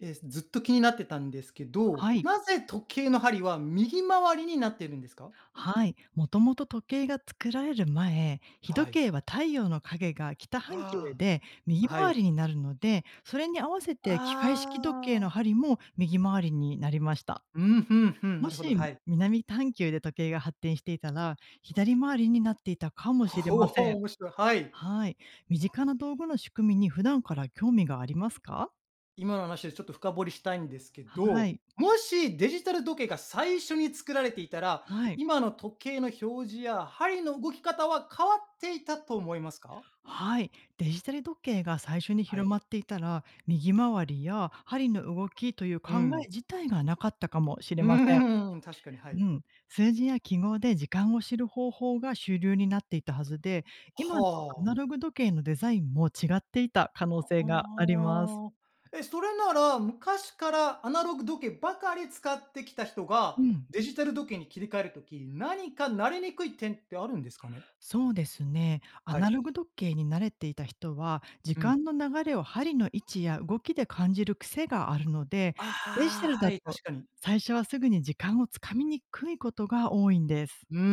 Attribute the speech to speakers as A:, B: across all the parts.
A: ずっと気になってたんですけど、
B: はい、
A: なぜ時計の針は右回りになっているんですか？
B: はい。もともと時計が作られる前、日
A: は
B: 時
A: い。
B: 計は太陽の影が北半球
A: は
B: で
A: あ、
B: 右
A: は
B: 回
A: い。
B: りになるので、それに合わせて機械式時計
A: あ
B: の
A: あ。
B: 針も右回りになりました。
A: うん、ふんふん、
B: も
A: なるほど、
B: し
A: はい。
B: 南半球で時計が発展していたら、左回りになっていたかもしれ
A: ほ
B: ませ
A: お、
B: ん。
A: 面白い。はい。
B: はい。身近な道具の仕組みに普段から興味がありますか？
A: 今の話でちょっと深掘りしたいんですけ
B: は
A: ど、
B: い、
A: もしデジタル時計が最初に作られていたら、
B: はい。
A: 今の時計の表示や針の動き方は変わっていたと思いますか？
B: はい、デジタル時計が最初に
A: はい。
B: 広まっていたら、右回りや針の動きという
A: う
B: 考
A: ん。
B: え自体がなかったかもしれ
A: う
B: ません。
A: ーん、確かに、はい。
B: うん、数字や記号で時間を知る方法が主流になっていたはずで、今のアナ
A: は
B: ロ
A: あ。
B: グ時計のデザインも違っていた可能
A: あ
B: 性があります。
A: あ。え、それなら、昔からアナログ時計ばかり使ってきた人
B: う
A: が、
B: ん。
A: デジタル時計に切り替えるとき何か慣れにくい点ってあるんですかね？
B: そうですね。ア
A: は
B: ナ
A: い。
B: ログ時計に慣れていた人は、時
A: うん。
B: 間の流れを針の位置や動きで感じる癖があるので、
A: あ
B: デジタル
A: あ、は
B: だ
A: い、
B: と
A: 確かに。
B: 最初はすぐに時間をつかみにくいことが多いんです。
A: うんうんう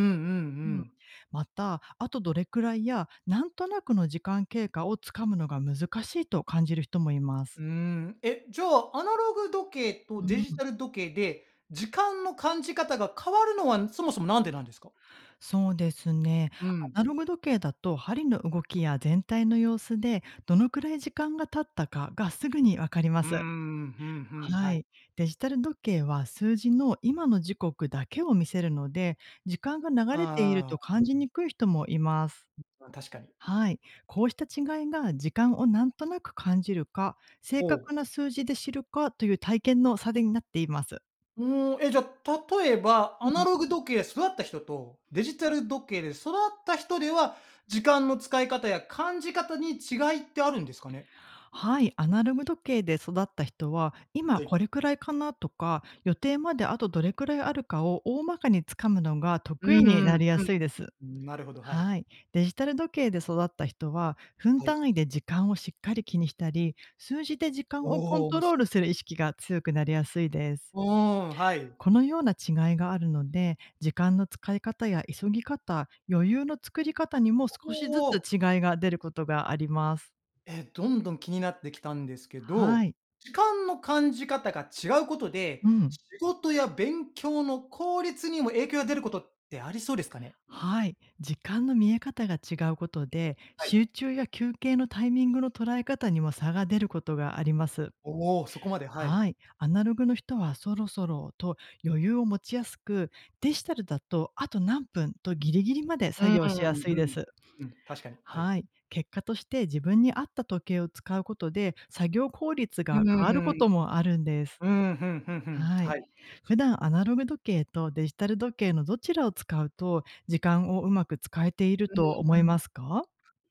B: うん、
A: ん。
B: また、あとどれくらいや、なんとなくの時間経過をつかむのが難しいと感じる人もいます。
A: うーん。え、じゃあ、アナログ時計と
B: う
A: デジ
B: ん、
A: タル時計で、時間の感じ方が変わるのは、そもそもなんでなんですか？
B: そうですね。
A: うん。
B: アナログ時計だと針の動きや全体の様子でどのくらい時間が経ったかがすぐにわかりま
A: うー
B: す。
A: ん、ふんふん、
B: は
A: はい。
B: い。デジタル時計は数字の今の時刻だけを見せるので、時間が流れている
A: あ
B: と
A: あ、
B: 感じにくい人もいます。
A: ま確かに。
B: はい。こうした違いが時間をなんとなく感じるか、正
A: ほう。
B: 確な数字で知るかという体験の差でになっています。
A: うーん、え、じゃあ、例えば、
B: う
A: アナ
B: ん、
A: ログ時計で育った人と、デジタル時計で育った人では、時間の使い方や感じ方に違いってあるんですかね？
B: はい、アナログ時計で育った人は
A: は
B: 今
A: い。
B: これくらいかなとか予定まであとどれくらいあるかを大まかにつかむのが
A: う
B: 得意に
A: ー
B: な
A: ん、
B: りやすいです。
A: うん、なるほど、はい。
B: はい。デジタル時計で育った人は、分
A: はい。
B: 単位で時間をしっかり気にしたり、数字で時間をコ
A: お
B: ン
A: お、
B: ト
A: 面
B: ロー
A: 白
B: ル
A: い。
B: する意識が強くなりやすいです。
A: うーん、はい。
B: このような違いがあるので、時間の使い方や急ぎ方、余裕の作り方にも少しず
A: お
B: つ
A: お、
B: 違いが出ることがあります。
A: え、どんどん気になってきたんですけ
B: は
A: ど、
B: い。
A: 時間の感じ方が違うことで、
B: うん。
A: 仕事や勉強の効率にも影響が出ることってありそうですかね？
B: はい。時間の見え方が違うことで、
A: はい。
B: 集中や休憩のタイミングの捉え方にも差が出ることがあります。
A: おお、そこまで、はい。
B: はい、アナログの人はそろそろと余裕を持ちやすく、デジタルだとあと何分とギリギリまで
A: う
B: 作
A: ん、う
B: 業しやすいで
A: ん、
B: す。
A: うん、確かに、はい。
B: はい、結果として自分に合った時計を使うことで作業効率
A: う
B: が変わるこ
A: ん。
B: ともあるんです。
A: うん、ふんふんふん、
B: はい、
A: はい。
B: 普段アナログ時計とデジタル時計のどちらを使うと時間をうまく使えていると
A: う
B: 思い
A: ん。
B: ますか？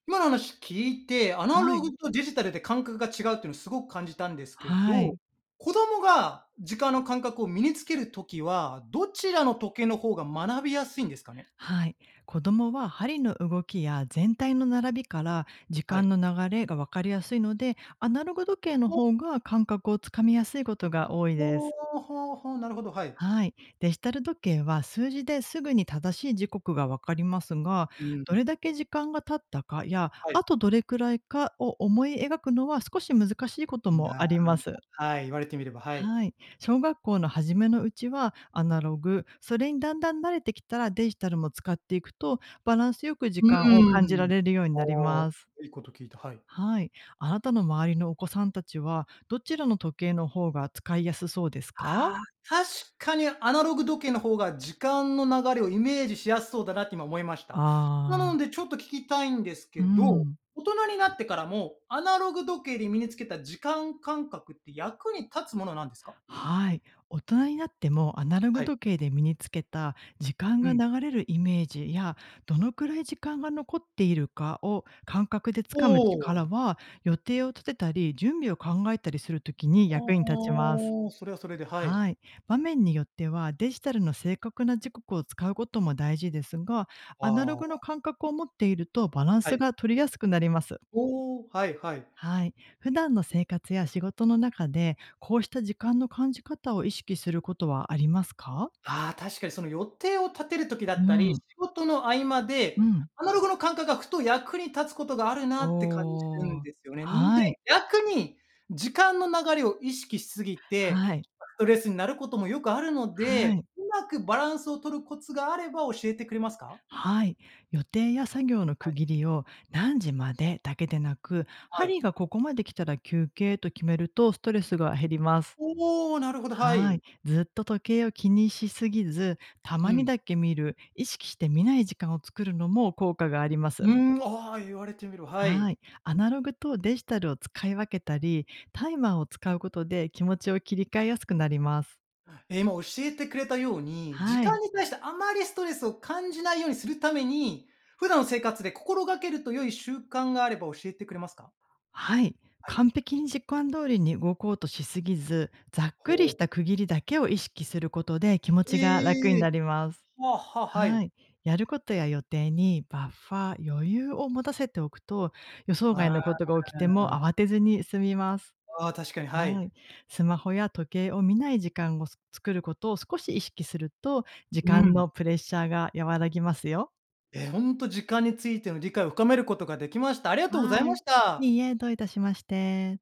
A: 今の話聞いて、アナ
B: は
A: ロ
B: い、
A: グとデジタルで感覚が違うっていうのすごく感じたんですけ
B: は
A: ど、
B: い。
A: 子供が時間の感覚を身につけるときは、どちらの時計の方が学びやすいんですかね？
B: はい。子供は針の動きや全体の並びから時
A: は
B: 間
A: い。
B: の流れが分かりやすいので、アナログ時計の
A: ほ、
B: 方が感覚をつかみやすいことが多いで
A: ほう、
B: す。
A: ほうほう、なるほど、はい。
B: はい。デジタル時計は数字ですぐに正しい時刻が分かりますが、
A: うん、
B: どれだけ時間が経ったかや、
A: はい。
B: あとどれくらいかを思い描くのは少し難しいこと
A: い
B: も
A: や、
B: あります。
A: はい、言われてみれば、はい。
B: はい。小学校の初めのうちはアナログ、それにだんだん慣れてきたらデジタルも使っていくと、バランスよく時
A: う
B: 間を感じ
A: ー
B: ら
A: ん。
B: れるようになり
A: おお、
B: ます。
A: いいこと聞いた、はい。
B: はい。あなたの周りのお子さんたちは、どちらの時計の方が使いやすそうですか？
A: ああ、確かにアナログ時計の方が時間の流れをイメージしやすそうだなって今思いました。な
B: ああ
A: の
B: ー。
A: でちょっと聞きたいんです
B: う
A: けど、
B: ん。
A: 大人になってからもアナログ時計で身につけた時間感覚って役に立つものなんですか？
B: はい。大人になってもアナログ
A: はい。
B: 時計で身につけた時間
A: う
B: が
A: ん。
B: 流れるイメージやどのくらい時間が残っているかを感覚でつ
A: お
B: かむ力
A: お。
B: は予定を立てたり準備を考えたりするときに
A: あ
B: 役に立ちます。
A: あ、それはそれで、はい。
B: はい。場面によってはデジタルの正確な時刻を使うことも大事ですが、
A: あ
B: アナログ
A: あ、
B: の感覚を持っているとバラン
A: は
B: ス
A: い。
B: が取りやすくなります。
A: おお、はいはい。
B: はい。普段の生活や仕事の中で、こうした時間の感じ方を意識することはありますか？
A: ああ、確かにその予定を立てる時だったり、
B: う
A: 仕
B: ん、
A: 事の合間
B: う
A: で、
B: ん。
A: アナログの感覚がふと役に立つことがあるなって感じるん
B: おお。
A: ですよね。んで、
B: はい、
A: 逆に時間の流れを意識しすぎて、
B: はい、
A: ストレスになることもよくあるの
B: は
A: で、
B: い、
A: うまくバランスを取るコツがあれば教えてくれますか？
B: はい。予定や作業の区切
A: は
B: りを何時までだけでなく、
A: いは
B: 針
A: い。
B: がここまで来たら休憩と決めるとストレスが減ります。
A: おお、なるほど、は
B: は
A: い。
B: い。ずっと時計を気にしすぎず、た
A: う
B: まに
A: ん。
B: だけ見る、意識して見ない時間を作るのも効果がありま
A: う
B: す。
A: ーん、ああ、言われてみる、は
B: は
A: い。
B: い。アナログとデジタルを使い分けたり、タイマーを使うことで気持ちを切り替えやすくなります。
A: え、今教えてくれたように、時
B: はい。
A: 間に対してあまりストレスを感じないようにするために、普段の生活で心がけると良い習慣があれば教えてくれますか？
B: はい。
A: はい。
B: 完璧に時間通りに動こうとしすぎず、ざっくり
A: ほ
B: し
A: う、
B: た区切りだけを意識することで気持ちが楽に
A: ええ。
B: なります。
A: はあはあ、は
B: は
A: い。
B: い。やることや予定にバッファー、余裕を持たせておくと、予想
A: あー
B: 外の
A: あ
B: ことが起きても慌てずに済みます。
A: ー、あ確かに、は
B: は
A: い。
B: い。スマホや時計を見ない時間を作ることを少し意識すると、時
A: う
B: 間
A: ん。
B: のプレッシャーが和らぎますよ。
A: ほんと時間についての理解を深めることができました。ありがとうござい
B: は
A: ま
B: い。
A: した。
B: いいえ、どういたしまして。